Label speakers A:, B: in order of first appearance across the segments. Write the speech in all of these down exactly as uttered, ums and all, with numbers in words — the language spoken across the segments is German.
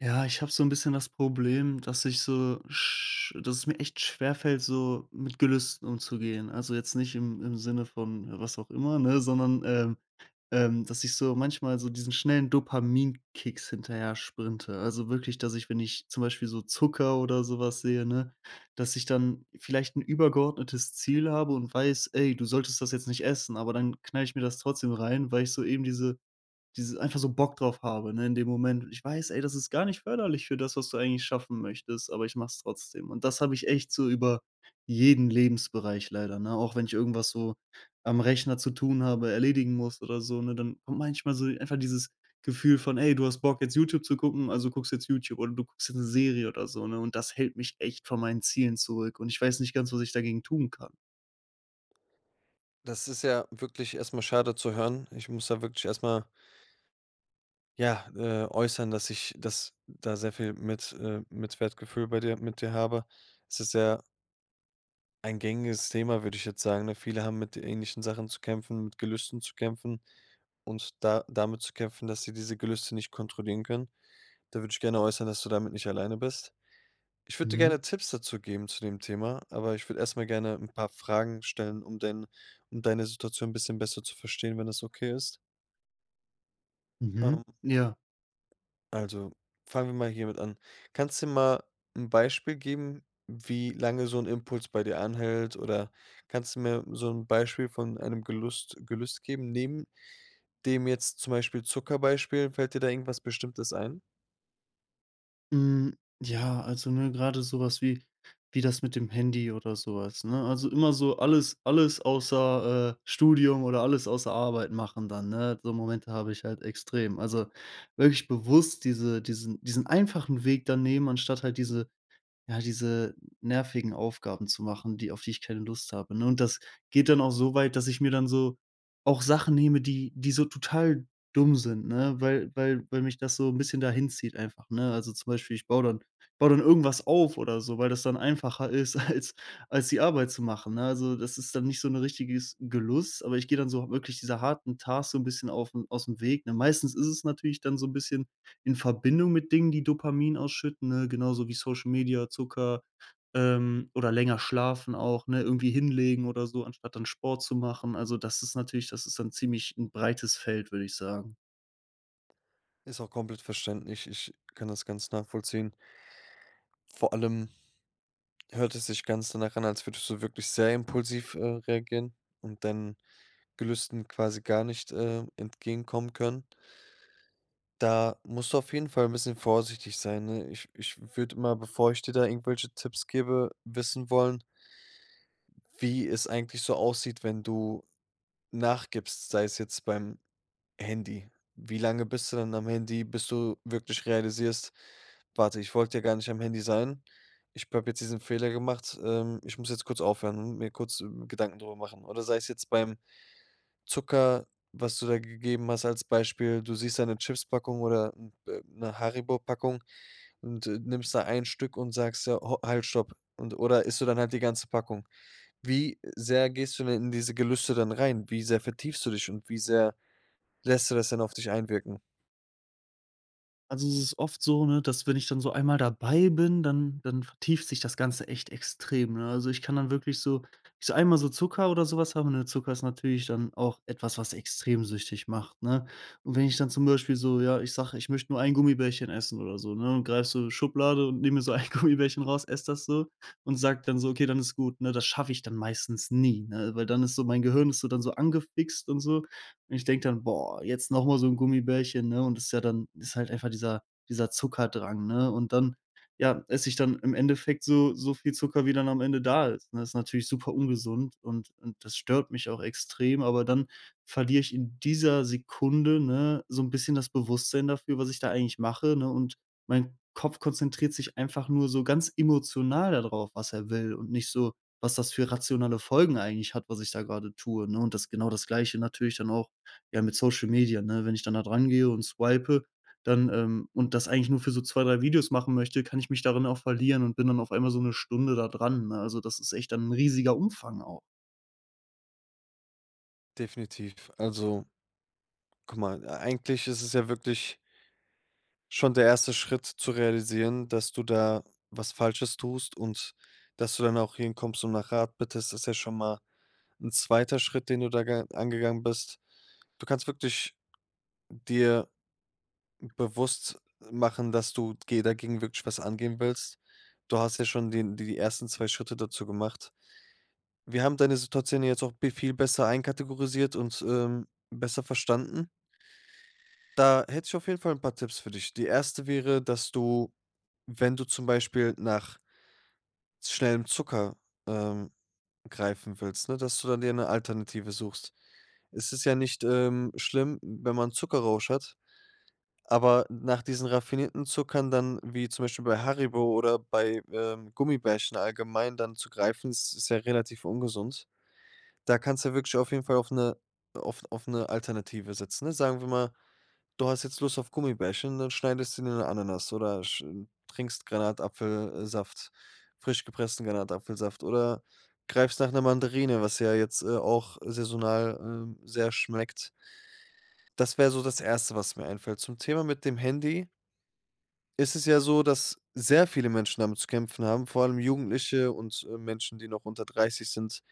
A: Ja, ich habe so ein bisschen das Problem, dass ich so sch dass es mir echt schwerfällt, so mit Gelüsten umzugehen. Also, jetzt nicht im im Sinne von äh, was auch immer, ne, sondern, ähm, ähm, dass ich so manchmal so diesen schnellen Dopaminkicks hinterher sprinte. Also, wirklich, dass ich, wenn ich zum Beispiel so Zucker oder sowas sehe, ne, dass ich dann vielleicht ein übergeordnetes Ziel habe und weiß: „Ey, du solltest das jetzt nicht essen“, aber dann knall ich mir das trotzdem rein, weil ich so eben diese dieses einfach so Bock drauf habe, ne, in dem Moment. Ich weiß: „Ey, das ist gar nicht förderlich für das, was du eigentlich schaffen möchtest“, aber ich mach's trotzdem. Und das habe ich echt so über jeden Lebensbereich leider, ne? Auch wenn ich irgendwas so am Rechner zu tun habe, erledigen muss oder so, ne, dann kommt manchmal so einfach dieses Gefühl von: „Ey, du hast Bock, jetzt YouTube zu gucken, also guckst jetzt YouTube“ oder du guckst jetzt 'ne Serie oder so, ne? Und das hält mich echt von meinen Zielen zurück und ich weiß nicht ganz, was ich dagegen tun kann.
B: Das ist ja wirklich erstmal schade zu hören. Ich muss da wirklich erstmal ja, äh, äußern, dass ich das da sehr viel mit äh, Mitwertgefühl bei dir mit dir habe. Es ist ja ein gängiges Thema, würde ich jetzt sagen, ne? Viele haben mit ähnlichen Sachen zu kämpfen, mit Gelüsten zu kämpfen und da damit zu kämpfen, dass sie diese Gelüste nicht kontrollieren können. Da würde ich gerne äußern, dass du damit nicht alleine bist. Ich würde dir gerne
A: Mhm,
B: Tipps dazu geben zu dem Thema, aber ich würde erstmal gerne ein paar Fragen stellen, um dein um deine Situation ein bisschen besser zu verstehen, wenn das okay ist. Ähm,
A: mhm. Ja.
B: also fangen wir mal hiermit an. Kannst du mal ein Beispiel geben, wie lange so ein Impuls bei dir anhält? Oder kannst du mir so ein Beispiel von einem Gelust Gelüst geben? Neben dem jetzt zum Beispiel Zuckerbeispiel, fällt dir da irgendwas Bestimmtes ein?
A: Hm, ja, also, ne, gerade sowas wie wie das mit dem Handy oder sowas, ne? Also, immer so alles alles außer, äh, Studium oder alles außer Arbeit machen dann, ne? So Momente habe ich halt extrem. Also, wirklich bewusst diese diesen diesen einfachen Weg dann nehmen, anstatt halt diese ja, diese nervigen Aufgaben zu machen, die auf die ich keine Lust habe, ne? Und das geht dann auch so weit, dass ich mir dann so auch Sachen nehme, die die so total dumm sind, ne? Weil weil weil mich das so ein bisschen dahin zieht einfach, ne? Also, zum Beispiel, ich baue dann baue dann irgendwas auf oder so, weil das dann einfacher ist, als als die Arbeit zu machen, ne? Also, das ist dann nicht so 'n richtiges Gelust, aber ich gehe dann so wirklich dieser harten Task so ein bisschen auf aus dem Weg, ne? Meistens ist es natürlich dann so ein bisschen in Verbindung mit Dingen, die Dopamin ausschütten, ne? Genauso wie Social Media, Zucker, ähm, oder länger schlafen auch, ne? Irgendwie hinlegen oder so, anstatt dann Sport zu machen. Also, das ist natürlich das ist dann ziemlich ein breites Feld, würde ich sagen.
B: Ist auch komplett verständlich. Ich kann das ganz nachvollziehen. Vor allem hört es sich ganz danach an, als würdest du wirklich sehr impulsiv, äh, reagieren und deinen Gelüsten quasi gar nicht, äh, entgegenkommen können. Da musst du auf jeden Fall ein bisschen vorsichtig sein, ne? Ich ich würde immer, bevor ich dir da irgendwelche Tipps gebe, wissen wollen, wie es eigentlich so aussieht, wenn du nachgibst, sei es jetzt beim Handy. Wie lange bist du dann am Handy, bis du wirklich realisierst: „Warte, ich wollte ja gar nicht am Handy sein. Ich habe jetzt diesen Fehler gemacht. Ähm, ich muss jetzt kurz aufhören und mir kurz, ähm, Gedanken drüber machen.“ Oder sei es jetzt beim Zucker, was du da gegeben hast als Beispiel, du siehst da 'ne Chipspackung oder 'n äh, 'ne Haribo-Packung und, äh, nimmst da ein Stück und sagst ja: „Ho halt, stopp!“ Und oder isst du dann halt die ganze Packung? Wie sehr gehst du denn in diese Gelüste dann rein? Wie sehr vertiefst du dich und wie sehr lässt du das denn auf dich einwirken?
A: Also, es ist oft so, ne, dass wenn ich dann so einmal dabei bin, dann dann vertieft sich das Ganze echt extrem, ne? Also, ich kann dann wirklich so ich so einmal so Zucker oder sowas haben. Habe, ne? Zucker ist natürlich dann auch etwas, was extrem süchtig macht, ne? Und wenn ich dann zum Beispiel so ja, ich sage, ich möchte nur ein Gummibärchen essen oder so, ne, und greife so Schublade und nehme mir so ein Gummibärchen raus, esse das so und sage dann so: „Okay, dann ist gut“, ne? Das schaffe ich dann meistens nie, ne, weil dann ist so mein Gehirn ist so dann so angefixt und so. Und ich denke dann: „Boah, jetzt noch mal so ein Gummibärchen“, ne? Und das ist ja dann ist halt einfach dieser dieser Zuckerdrang, ne? Und dann, ja, esse ich dann im Endeffekt so so viel Zucker, wie dann am Ende da ist, ne? Das ist natürlich super ungesund und und das stört mich auch extrem, aber dann verliere ich in dieser Sekunde, ne, so ein bisschen das Bewusstsein dafür, was ich da eigentlich mache, ne? Und mein Kopf konzentriert sich einfach nur so ganz emotional darauf, was er will und nicht so, was das für rationale Folgen eigentlich hat, was ich da gerade tue, ne? Und das genau das Gleiche natürlich dann auch ja, mit Social Media, ne? Wenn ich dann da drangehe und swipe, dann, ähm und das eigentlich nur für so zwei drei Videos machen möchte, kann ich mich darin auch verlieren und bin dann auf einmal so eine Stunde da dran, ne? Also, das ist echt dann ein riesiger Umfang auch.
B: Definitiv. Also, guck mal, ei eigentlich ist es ja wirklich schon der erste Schritt zu realisieren, dass du da was Falsches tust und dass du dann auch hinkommst und nach Rat bittest, ist ja schon mal ein zweiter Schritt, den du da ge angegangen bist, du kannst wirklich dir bewusst machen, dass du ge dagegen wirklich was angehen willst. Du hast ja schon den die die ersten zwei Schritte dazu gemacht. Wir haben deine Situation jetzt auch be viel besser einkategorisiert und, ähm, besser verstanden. Da hätte ich auf jeden Fall ein paar Tipps für dich. Die erste wäre, dass du, wenn du zum Beispiel nach schnellem Zucker, ähm Greifen willst, ne, dass du dann dir eine Alternative suchst. Es ist ja nicht, ähm, schlimm, wenn man Zuckerrausch hat, aber nach diesen raffinierten Zuckern dann, wie zum Beispiel bei Haribo oder bei, ähm, Gummibärchen allgemein dann zu greifen, ist ist ja relativ ungesund. Da kannst du wirklich auf jeden Fall auf eine auf auf 'ne Alternative setzen, ne? Sagen wir mal du hast jetzt Lust auf Gummibärchen, dann schneidest du dir 'ne Ananas oder sch trinkst Granatapfelsaft, frisch gepressten Granatapfelsaft oder greifst nach einer Mandarine, was ja jetzt, äh, auch saisonal, ähm, sehr schmeckt. Das wäre so das Erste, was mir einfällt. Zum Thema mit dem Handy ist es ja so, dass sehr viele Menschen damit zu kämpfen haben, vor allem Jugendliche und, äh, Menschen, die noch unter dreißig sind.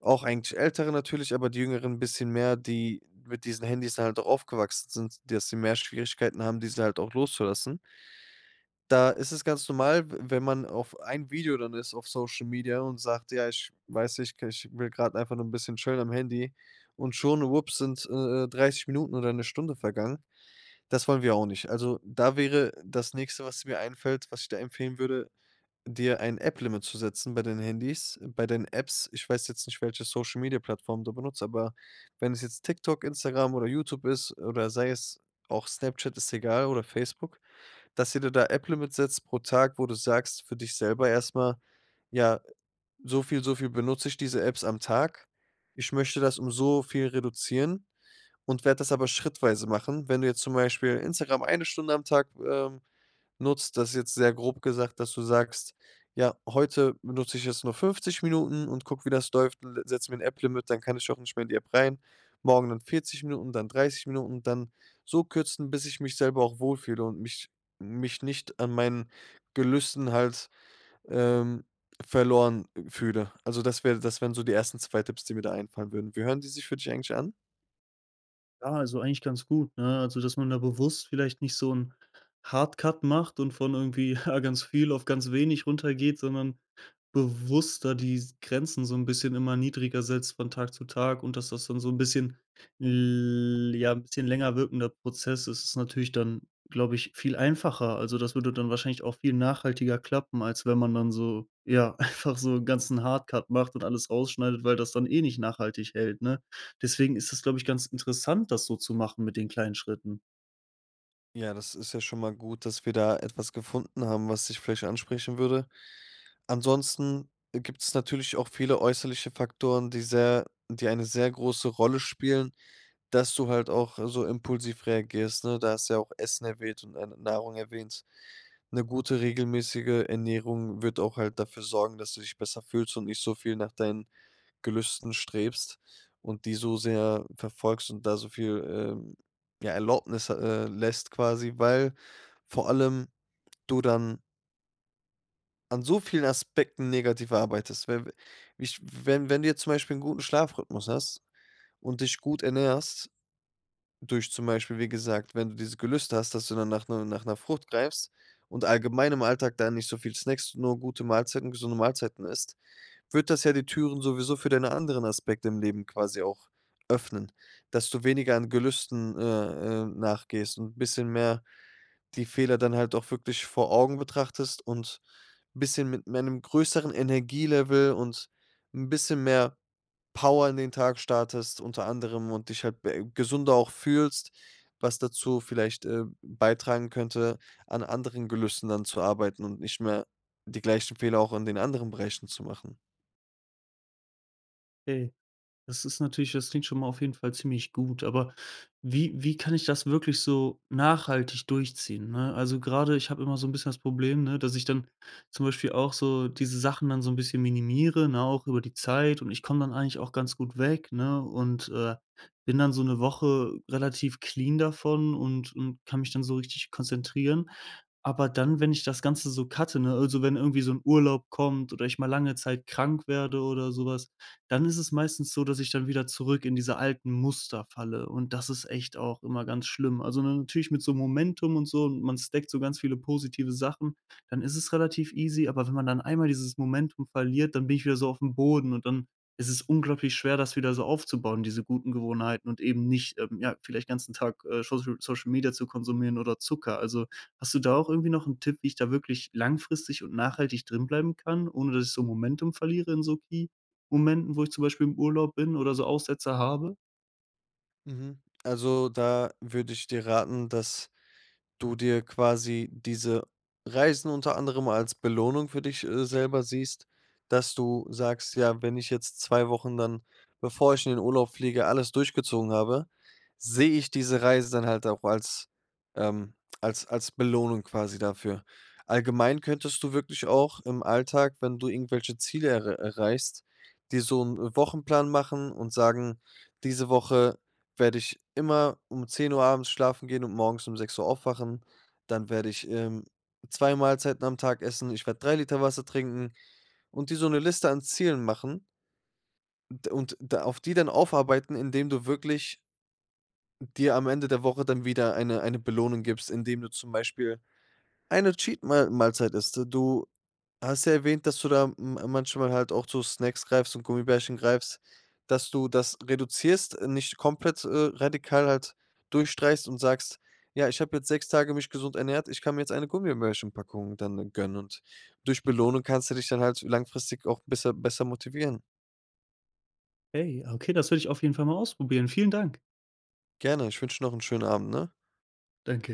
B: Auch eigentlich Ältere natürlich, aber die Jüngeren 'n bisschen mehr, die mit diesen Handys dann halt auch aufgewachsen sind, dass sie mehr Schwierigkeiten haben, diese halt auch loszulassen. Da ist es ganz normal, w wenn man auf ein Video dann ist auf Social Media und sagt: „Ja, ich weiß nicht, k ich will gerade einfach nur ein bisschen chillen am Handy“ und schon, Whoops sind, äh, äh, dreißig Minuten oder eine Stunde vergangen. Das wollen wir auch nicht. Also, da wäre das Nächste, was mir einfällt, was ich da empfehlen würde dir ein App-Limit zu setzen bei deinen Handys bei deinen Apps. Ich weiß jetzt nicht, welche Social-Media-Plattform du benutzt, aber wenn es jetzt TikTok, Instagram oder YouTube ist oder sei es auch Snapchat, ist egal oder Facebook, dass ihr dir da App-Limit setzt pro Tag, wo du sagst für dich selber erstmal, „Ja, so viel, so viel benutze ich diese Apps am Tag. Ich möchte das um so viel reduzieren und werde das aber schrittweise machen.“ Wenn du jetzt zum Beispiel Instagram eine Stunde am Tag, ähm nutzt, das ist jetzt sehr grob gesagt, dass du sagst: „Ja, heute benutze ich jetzt nur fünfzig Minuten und guck, wie das läuft und le setze mir ein App-Limit, dann kann ich auch nicht mehr in die App rein. Morgen dann vierzig Minuten, dann dreißig Minuten, dann so kürzen, bis ich mich selber auch wohlfühle und mich mich nicht an meinen Gelüsten halt, ähm, verloren äh, fühle.“ Also, das wäre das wären so die ersten zwei Tipps, die mir da einfallen würden. Wie hören die sich für dich eigentlich an?
A: Ja, also eigentlich ganz gut, ne? Also, dass man da bewusst vielleicht nicht so 'n Hardcut macht und von irgendwie, ja, ganz viel auf ganz wenig runtergeht, sondern bewusster die s Grenzen so 'n bisschen immer niedriger setzt von Tag zu Tag und dass das dann so 'n bisschen l ja, 'n bisschen länger wirkender Prozess ist, ist natürlich dann, glaube ich, viel einfacher. Also, das würde dann wahrscheinlich auch viel nachhaltiger klappen, als wenn man dann so, ja, einfach so 'n ganzen Hardcut macht und alles rausschneidet, weil das dann eh nicht nachhaltig hält, ne? Deswegen ist es, glaube ich, ganz interessant, das so zu machen mit den kleinen Schritten.
B: Ja, das ist ja schon mal gut, dass wir da etwas gefunden haben, was dich vielleicht ansprechen würde. Ansonsten gibt es natürlich auch viele äußerliche Faktoren, die sehr die eine sehr große Rolle spielen, dass du halt auch so impulsiv reagierst, ne? Da hast du ja auch Essen erwähnt und, äh, Nahrung erwähnt. Eine gute regelmäßige Ernährung wird auch halt dafür sorgen, dass du dich besser fühlst und nicht so viel nach deinen Gelüsten strebst und die so sehr verfolgst und da so viel, ähm, ja, Erlaubnis, äh, lässt quasi, weil vor allem du dann an so vielen Aspekten negativ arbeitest. Wenn ich wenn wenn du jetzt zum Beispiel einen guten Schlafrhythmus hast und dich gut ernährst, durch zum Beispiel, wie gesagt, wenn du diese Gelüste hast, dass du dann nach 'ner nach einer Frucht greifst und allgemein im Alltag da nicht so viel snackst, nur gute Mahlzeiten, gesunde Mahlzeiten isst, wird das ja die Türen sowieso für deine anderen Aspekte im Leben quasi auch öffnen, dass du weniger an Gelüsten, äh, äh, nachgehst und ein bisschen mehr die Fehler dann halt auch wirklich vor Augen betrachtest und ein bisschen mit einem größeren Energielevel und ein bisschen mehr Power in den Tag startest unter anderem und dich halt be gesünder auch fühlst, was dazu vielleicht, äh, beitragen könnte, an anderen Gelüsten dann zu arbeiten und nicht mehr die gleichen Fehler auch in den anderen Bereichen zu machen.
A: Hey. Das ist natürlich das klingt schon mal auf jeden Fall ziemlich gut, aber wie wie kann ich das wirklich so nachhaltig durchziehen, ne? Also, gerade ich habe immer so ein bisschen das Problem, ne, dass ich dann zum Beispiel auch so diese Sachen dann so ein bisschen minimiere, ne, auch über die Zeit und ich komme dann eigentlich auch ganz gut weg, ne, und, äh, bin dann so eine Woche relativ clean davon und und kann mich dann so richtig konzentrieren. Aber dann, wenn ich das Ganze so cutte, ne, also, wenn irgendwie so ein Urlaub kommt oder ich mal lange Zeit krank werde oder sowas, dann ist es meistens so, dass ich dann wieder zurück in diese alten Muster falle und das ist echt auch immer ganz schlimm. Also, ne, natürlich mit so Momentum und so und man stackt so ganz viele positive Sachen, dann ist es relativ easy, aber wenn man dann einmal dieses Momentum verliert, dann bin ich wieder so auf dem Boden und dann ist es unglaublich schwer, das wieder so aufzubauen, diese guten Gewohnheiten und eben nicht, ähm, ja, vielleicht den ganzen Tag, äh, Social Social Media zu konsumieren oder Zucker. Also, hast du da auch irgendwie noch einen Tipp, wie ich da wirklich langfristig und nachhaltig drinbleiben kann, ohne dass ich so Momentum verliere in so Ki Momenten, wo ich zum Beispiel im Urlaub bin oder so Aussetzer habe.
B: Mhm. Also, da würde ich dir raten, dass du dir quasi diese Reisen unter anderem als Belohnung für dich, äh, selber siehst, dass du sagst: „Ja, wenn ich jetzt zwei Wochen dann, bevor ich in den Urlaub fliege, alles durchgezogen habe, sehe ich diese Reise dann halt auch als, ähm als als Belohnung quasi dafür.“ Allgemein könntest du wirklich auch im Alltag, wenn du irgendwelche Ziele err erreichst, dir so 'n Wochenplan machen und sagen: „Diese Woche werde ich immer um zehn Uhr abends schlafen gehen und morgens um sechs Uhr aufwachen. Dann werde ich, ähm, zwei Mahlzeiten am Tag essen. Ich werde drei Liter Wasser trinken und dir so eine Liste an Zielen machen d und da auf die dann aufarbeiten, indem du wirklich dir am Ende der Woche dann wieder eine eine Belohnung gibst, indem du zum Beispiel eine Cheat Mahlzeit isst. Du hast ja erwähnt, dass du da m manchmal halt auch zu Snacks greifst und Gummibärchen greifst, dass du das reduzierst, äh, nicht komplett, äh, radikal halt durchstreichst und sagst: „Ja, ich habe jetzt sechs Tage mich gesund ernährt, ich kann mir jetzt eine Gummibärchenpackung dann äh, gönnen.“ Und durch Belohnung kannst du dich dann halt langfristig auch besser besser motivieren.
A: Hey, okay, das will ich auf jeden Fall mal ausprobieren. Vielen Dank.
B: Gerne, ich wünsche noch einen schönen Abend, ne?
A: Danke.